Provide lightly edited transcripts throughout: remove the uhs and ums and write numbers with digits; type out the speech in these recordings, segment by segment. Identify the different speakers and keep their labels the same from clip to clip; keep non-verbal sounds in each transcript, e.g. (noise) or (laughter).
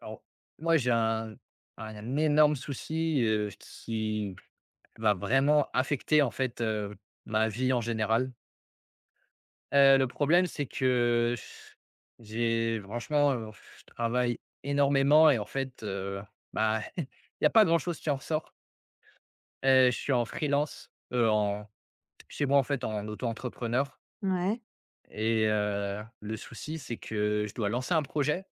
Speaker 1: Alors, moi, j'ai un énorme souci, qui va vraiment affecter, en fait, ma vie en général. Le problème, c'est que j'ai franchement, je travaille énormément et en fait, bah, (laughs) il y a pas grand chose qui en ressort. Je suis en freelance, en chez moi, en fait, en auto-entrepreneur
Speaker 2: Ouais.
Speaker 1: et le souci, c'est que je dois lancer un projet,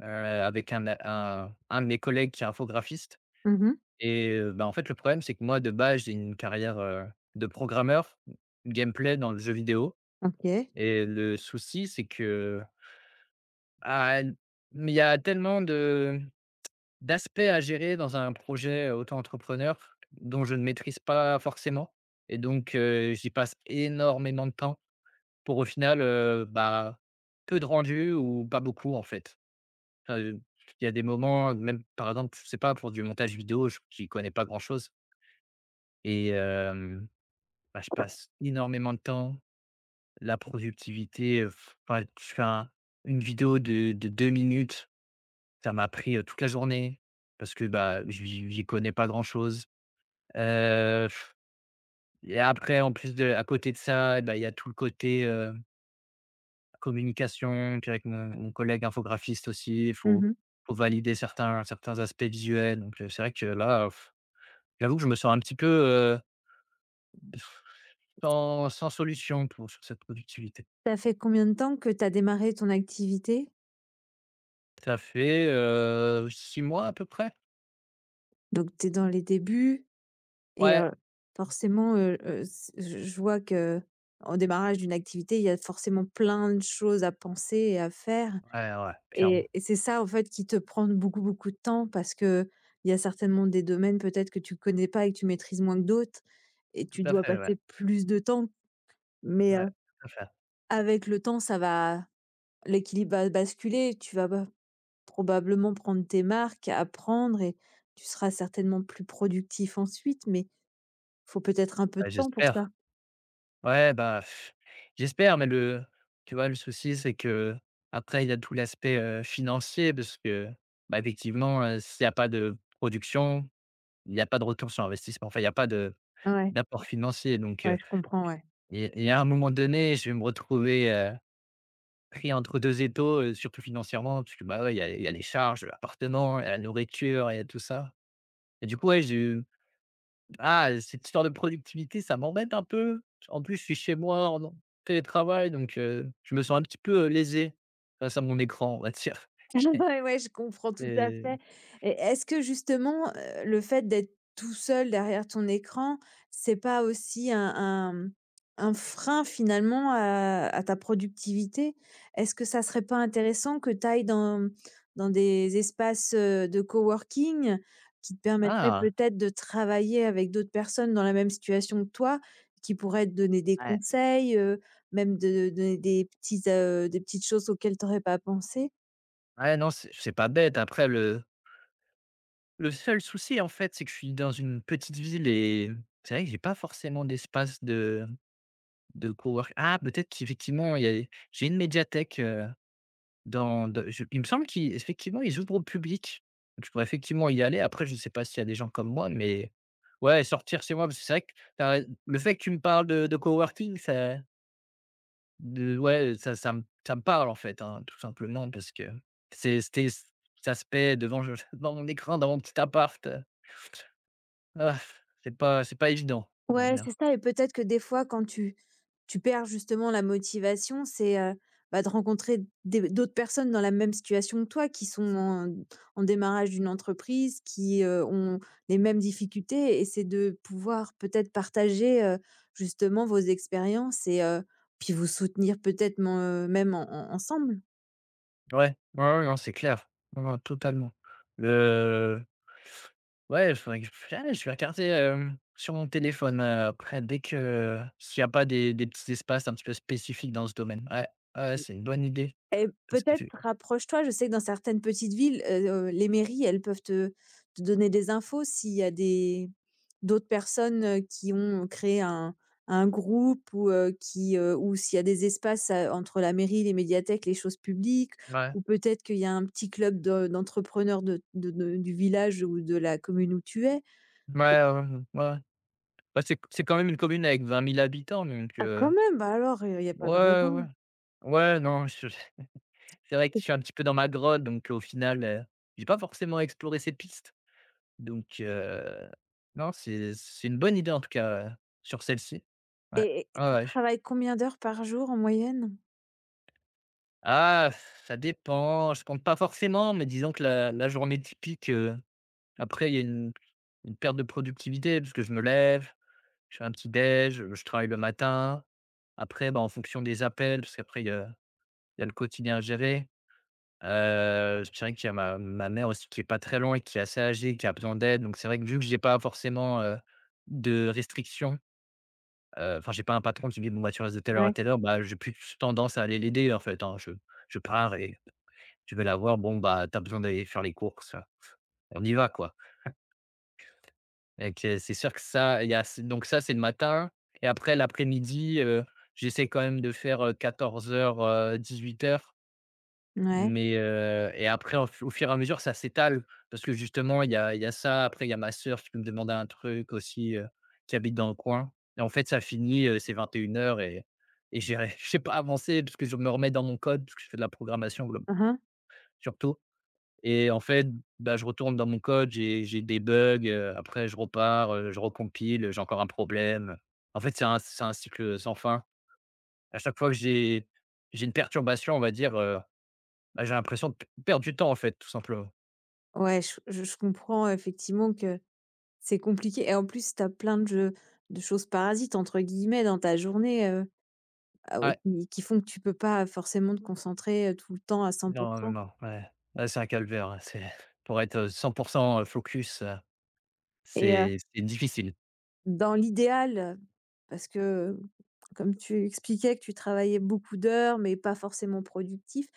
Speaker 1: avec un de mes collègues qui est infographiste.
Speaker 2: Mmh.
Speaker 1: Et bah, en fait, le problème, c'est que moi, de base, j'ai une carrière, de programmeur gameplay dans le jeu vidéo.
Speaker 2: OK.
Speaker 1: Et le souci, c'est que, ah, il y a tellement de d'aspects à gérer dans un projet auto-entrepreneur dont je ne maîtrise pas forcément, et donc j'y passe énormément de temps pour au final, bah, peu de rendu ou pas beaucoup, en fait. Enfin, il y a des moments, même, par exemple, je sais pas, pour du montage vidéo, je j'y connais pas grand-chose et hem Bah, je passe énormément de temps. La productivité, enfin, je fais un une vidéo de 2 minutes, ça m'a pris, toute la journée parce que, bah, j'y connais pas grand-chose, heu et après, en plus de à côté de ça et bah, il y a tout le côté, communication, puis avec mon collègue infographiste aussi, il faut
Speaker 2: Mmh.
Speaker 1: faut valider certains aspects visuels. Donc c'est vrai que là, j'avoue que je me sens un petit peu, sans solution pour sur cette productivité.
Speaker 2: Ça fait combien de temps que tu as démarré ton activité?
Speaker 1: Ça fait, 6 mois à peu près?
Speaker 2: Donc tu es dans les débuts et
Speaker 1: Ouais,
Speaker 2: forcément, s je vois qu'au démarrage d'une activité, il y a forcément plein de choses à penser et à faire.
Speaker 1: ouais, ouais, clairement.
Speaker 2: Et c'est ça, en fait, qui te prend beaucoup, beaucoup de temps parce que il y a certainement des domaines peut-être que tu connais pas et que tu maîtrises moins que d'autres, et
Speaker 1: Tout
Speaker 2: tu
Speaker 1: à
Speaker 2: dois
Speaker 1: fait, ouais.
Speaker 2: passer plus de temps. Mais
Speaker 1: Ouais, tout à fait.
Speaker 2: avec le temps, ça va, l'équilibre va basculer. Tu vas probablement prendre tes marques, apprendre, et tu seras certainement plus productif ensuite, mais faut peut-être un peu
Speaker 1: Bah,
Speaker 2: de temps pour ça.
Speaker 1: j'espère. Ouais, bah, j'espère, mais le tu vois, le souci, c'est que après il y a tout l'aspect, financier parce que, bah, effectivement, s'il y a pas de production, il y a pas de retour sur investissement. Enfin, il y a pas de
Speaker 2: Ouais,
Speaker 1: d'apport financier donc
Speaker 2: ouais,
Speaker 1: heu
Speaker 2: je comprends, ouais.
Speaker 1: et et à un moment donné, je vais me retrouver, pris entre 2 étaux, surtout financièrement parce que, bah, ouais, il y a les charges, l'appartement, la nourriture, et tout ça. Et du coup, ouais, cette histoire de productivité, ça m'embête un peu. En plus, je suis chez moi en télétravail, donc je me sens un petit peu, lésé face à mon écran, on va dire.
Speaker 2: (laughs) Ouais, ouais, je comprends tout à
Speaker 1: Et
Speaker 2: fait. Et est-ce que justement, le fait d'être tout seul derrière ton écran, c'est pas aussi un un frein finalement à ta productivité? Est-ce que ça serait pas intéressant que tu ailles dans dans des espaces, de coworking qui te permettraient
Speaker 1: ah,
Speaker 2: peut-être de travailler avec d'autres personnes dans la même situation que toi, qui pourraient te donner des
Speaker 1: ouais,
Speaker 2: conseils, même de donner des petites choses auxquelles tu aurais pas pensé?
Speaker 1: ouais, non, c'est pas bête. Après, le seul souci, en fait, c'est que je suis dans une petite ville et c'est vrai que j'ai pas forcément d'espace de cowork. Peut-être qu'effectivement, il y a j'ai une médiathèque. Dans de je Il me semble qu'effectivement ils ouvrent au public. Je pourrais effectivement y aller. Après, je ne sais pas s'il y a des gens comme moi, mais ouais, sortir chez moi, parce que c'est vrai que tu as le fait que tu me parles de coworking, ça de ouais, ça me parle, en fait, hein, tout simplement parce que c'est c'était c cet aspect devant je (laughs) devant mon écran, dans mon petit appart, ah, c'est pas évident, on va
Speaker 2: Ouais, c'est
Speaker 1: dire.
Speaker 2: ça, et peut-être que des fois quand tu perds justement la motivation, c'est, bah, de rencontrer des d'autres personnes dans la même situation que toi qui sont en en démarrage d'une entreprise, qui, ont les mêmes difficultés, et c'est de pouvoir peut-être partager, justement vos expériences, et puis vous soutenir peut-être men même en en ensemble.
Speaker 1: Ouais, ouais, ouais, non, c'est clair. Non, non, totalement. Ouais, faudrait que je vais regarder, sur mon téléphone, après dès que s'il y a pas des petits espaces un petit peu spécifiques dans ce domaine. Ouais, ouais, c'est une bonne idée
Speaker 2: Et
Speaker 1: parce
Speaker 2: peut-être
Speaker 1: qu'effec
Speaker 2: rapproche-toi, je sais que dans certaines petites villes, les mairies, elles peuvent te donner des infos s'il y a des d'autres personnes, qui ont créé un groupe, ou ou s'il y a des espaces, entre la mairie, les médiathèques, les choses publiques,
Speaker 1: Ouais,
Speaker 2: ou peut-être qu'il y a un petit club de d'entrepreneurs de du village ou de la commune où tu es.
Speaker 1: ouais, ouais, mmh, ouais, ouais. Bah, c'est quand même une commune avec 20 000 habitants donc
Speaker 2: Ah quand même! Bah alors, il y a pas de
Speaker 1: ouais, ouais.
Speaker 2: raison.
Speaker 1: Ouais, non, je (laughs) c'est vrai que je suis un petit peu dans ma grotte donc au final, j'ai pas forcément exploré ces pistes donc non, c'est une bonne idée en tout cas, sur celle-ci. Ouais, ouais,
Speaker 2: Et tu
Speaker 1: ouais.
Speaker 2: travailles combien d'heures par jour en moyenne?
Speaker 1: Ah, ça dépend, je compte pas forcément, mais disons que la journée typique, après il y a une perte de productivité parce que je me lève, je fais un petit déj, je travaille le matin. Après, bah, en fonction des appels, parce qu'après il y a le quotidien à gérer. Je dirais qu'il y a ma mère aussi qui est pas très loin et qui est assez âgée, qui a besoin d'aide. Donc c'est vrai que vu que j'ai pas forcément, de restrictions, enfin j'ai pas un patron qui me dit: «Bon, bah, tu restes de telle heure à
Speaker 2: Ouais.
Speaker 1: telle heure», bah, j'ai plus tendance à aller l'aider en fait, hein. Je pars et tu veux l'avoir, bon, bah, tu as besoin d'aller faire les courses, on y va, quoi. Et c'est sûr que ça, il y a donc ça, c'est le matin et après l'après-midi, j'essaie quand même de faire, 14:00, heures,
Speaker 2: Ouais.
Speaker 1: mais et après au f au fur et à mesure, ça s'étale parce que justement, il y a ça, après il y a ma sœur qui peut me demander un truc aussi, qui habite dans le coin et en fait, ça finit, c'est 21:00 et une heures, et j'ai (laughs) ré j'ai pas avancé parce que je me remets dans mon code, parce que je fais de la programmation, glob
Speaker 2: Mmh.
Speaker 1: surtout. Et en fait, bah, je retourne dans mon code, j'ai des bugs, après je repars, je recompile, j'ai encore un problème. En fait, c'est un cycle, sans fin. À chaque fois que j'ai une perturbation, on va dire, bah, j'ai l'impression de p perdre du temps, en fait, tout simplement.
Speaker 2: Ouais, je comprends effectivement que c'est compliqué, et en plus, tu as plein de jeux de choses «parasites» entre guillemets dans ta journée, ah au
Speaker 1: Ouais,
Speaker 2: qui font que tu peux pas forcément te concentrer, tout le temps à 100.
Speaker 1: non, non, non, ouais, ouais, c'est un calvaire, hein, c'est pour être, 100 focus,
Speaker 2: Et
Speaker 1: c'est difficile.
Speaker 2: dans l'idéal, parce que comme tu expliquais que tu travaillais beaucoup d'heures mais pas forcément productif,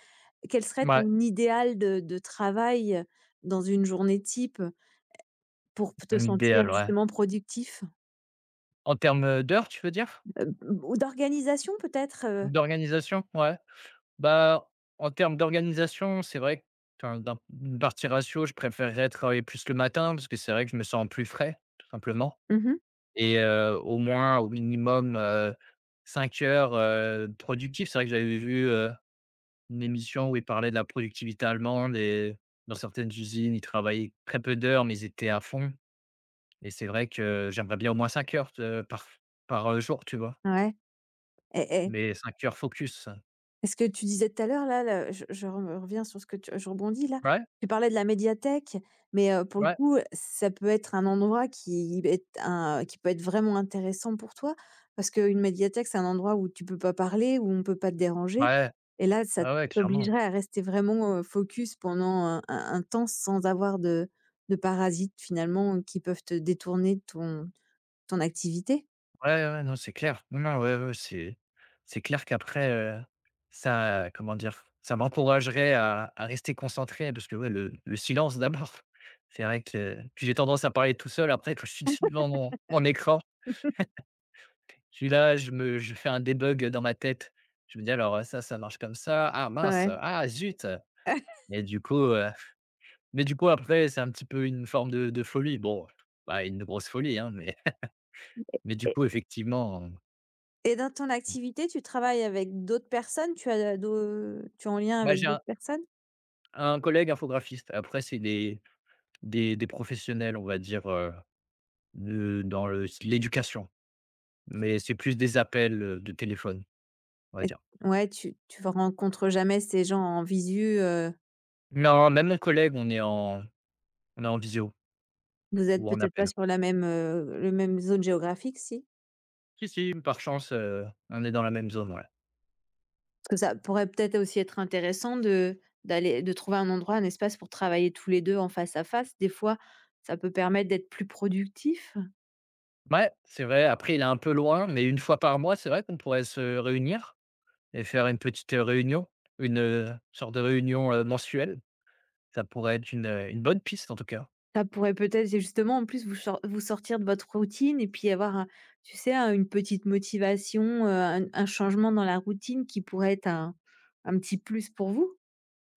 Speaker 2: quel serait
Speaker 1: Ouais,
Speaker 2: ton idéal de travail, dans une journée type, pour te sentir
Speaker 1: l'idéal, ouais.
Speaker 2: justement productif?
Speaker 1: En termes, d'heures, tu veux dire?
Speaker 2: Heu, ou d'organisation peut-être, heu?
Speaker 1: D'organisation? Ouais. Bah, en termes d'organisation, c'est vrai que enfin, d'une partie ratio, je préférerais travailler plus le matin parce que c'est vrai que je me sens plus frais, tout simplement,
Speaker 2: Mmh.
Speaker 1: et au moins, au minimum, 5 heures, productives. C'est vrai que j'avais vu, une émission où ils parlaient de la productivité allemande et dans certaines usines, ils travaillaient très peu d'heures, mais ils étaient à fond et c'est vrai que j'aimerais bien au moins 5 heures, par jour, tu vois?
Speaker 2: Ouais, et
Speaker 1: Mais 5 heures focus.
Speaker 2: est-ce que tu disais tout à l'heure là, le je re reviens sur ce que tu je rebondis là,
Speaker 1: Ouais,
Speaker 2: tu parlais de la médiathèque, mais pour le
Speaker 1: ouais,
Speaker 2: coup, ça peut être un endroit qui est un qui peut être vraiment intéressant pour toi, parce qu'une médiathèque, c'est un endroit où tu peux pas parler, où on peut pas te déranger,
Speaker 1: ouais,
Speaker 2: et là, ça
Speaker 1: ouais, ouais, clairement.
Speaker 2: t'obligerait à rester vraiment, focus pendant un temps sans avoir de parasites finalement qui peuvent te détourner de ton ton activité?
Speaker 1: Ouais, ouais, ouais, non, c'est clair. Non, non, ouais, ouais, c'est clair qu'après, ça, comment dire? Ça m'encouragerait à rester concentré parce que, ouais, le silence d'abord, (laughs) c'est vrai que puis j'ai tendance à parler tout seul après quand je suis devant mon écran. Je suis là, je fais un debug dans ma tête. Je me dis: «Alors, ça marche comme ça. Ah mince,
Speaker 2: Ouais.
Speaker 1: ah zut!» et du coup, mais du coup après c'est un petit peu une forme de folie. Bon, pas une grosse folie, hein, mais du
Speaker 2: Et
Speaker 1: coup effectivement,
Speaker 2: et dans ton activité, tu travailles avec d'autres personnes? Tu as d'au Tu es en lien
Speaker 1: bah,
Speaker 2: avec
Speaker 1: j'ai
Speaker 2: d'autres personnes?
Speaker 1: un collègue infographiste. Après, c'est des professionnels, on va dire, de dans le l'éducation, mais c'est plus des appels, de téléphone, on va
Speaker 2: Et
Speaker 1: dire.
Speaker 2: ouais, tu rencontres jamais ces gens en visu,
Speaker 1: Non, même mes collègues, on est en visio
Speaker 2: vous êtes
Speaker 1: ou en
Speaker 2: peut-être pas
Speaker 1: appel.
Speaker 2: sur la même, le même zone géographique, si?
Speaker 1: Si, si, par chance, on est dans la même zone, ouais.
Speaker 2: Parce que ça pourrait peut-être aussi être intéressant de d'aller de trouver un endroit, un espace pour travailler tous les 2 en face à face. Des fois, ça peut permettre d'être plus productif.
Speaker 1: Ouais, c'est vrai, après il est un peu loin, mais une fois par mois, c'est vrai qu'on pourrait se réunir et faire une petite, réunion, sorte de réunion, mensuelle. Ça pourrait être une bonne piste en tout cas.
Speaker 2: Ça pourrait peut-être, c'est justement, en plus, vous sortir de votre routine, et puis avoir un tu sais, un une petite motivation, un changement dans la routine qui pourrait être un petit plus pour vous.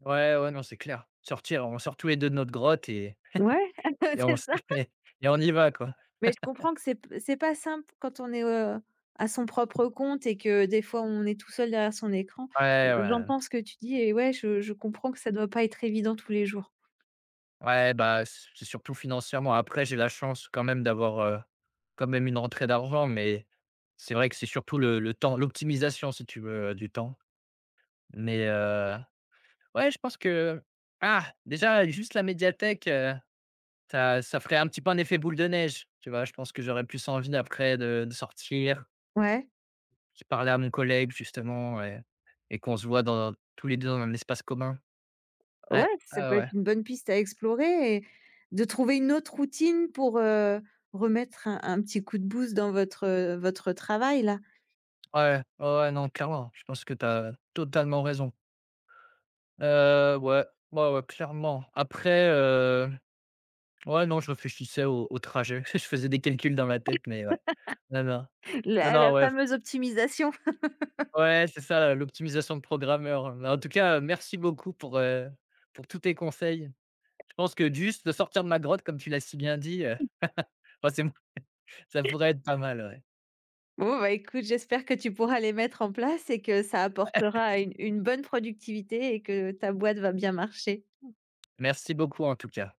Speaker 1: Ouais, ouais, non, c'est clair. Sortir, on sort tous les 2 de notre grotte
Speaker 2: Ouais, (laughs)
Speaker 1: et on
Speaker 2: c'est
Speaker 1: se
Speaker 2: ça.
Speaker 1: (laughs) et on y va, quoi.
Speaker 2: Mais je comprends que c'est p c'est pas simple quand on est, à son propre compte, et que des fois on est tout seul derrière son écran.
Speaker 1: Ouais, ouais.
Speaker 2: J'entends ce que tu dis, et ouais, je comprends que ça doit pas être évident tous les jours.
Speaker 1: Ouais, bah, c'est surtout financièrement. Après, j'ai la chance quand même d'avoir, quand même une rentrée d'argent, mais c'est vrai que c'est surtout le temps, l'optimisation, si tu veux, du temps. Mais, ouais, je pense que ah! Déjà, juste la médiathèque, ça ferait un petit peu un effet boule de neige, tu vois? Je pense que j'aurais plus envie après de sortir.
Speaker 2: Ouais,
Speaker 1: J'ai parlé à mon collègue justement et qu'on se voit dans tous les 2 dans un espace commun.
Speaker 2: ouais,
Speaker 1: Ouais,
Speaker 2: ça
Speaker 1: ah
Speaker 2: peut
Speaker 1: ouais,
Speaker 2: être une bonne piste à explorer, et de trouver une autre routine pour, remettre un petit coup de boost dans votre, votre travail là.
Speaker 1: ouais, ouais, ouais, non, clairement, je pense que tu as totalement raison. Ouais, ouais, ouais, clairement. Après, ouais, non, je réfléchissais au trajet. (laughs) Je faisais des calculs dans ma tête, mais ouais. Non, non,
Speaker 2: (laughs)
Speaker 1: non,
Speaker 2: La
Speaker 1: non,
Speaker 2: la
Speaker 1: ouais,
Speaker 2: fameuse optimisation.
Speaker 1: ouais, c'est ça, l'optimisation de programmeur, hein. Mais en tout cas, merci beaucoup pour tous tes conseils. Je pense que juste de sortir de ma grotte, comme tu l'as si bien dit, bah, (laughs) c'est ça pourrait être pas mal, ouais.
Speaker 2: Bon bah, écoute, j'espère que tu pourras les mettre en place et que ça apportera une bonne productivité et que ta boîte va bien marcher.
Speaker 1: Merci beaucoup en tout cas.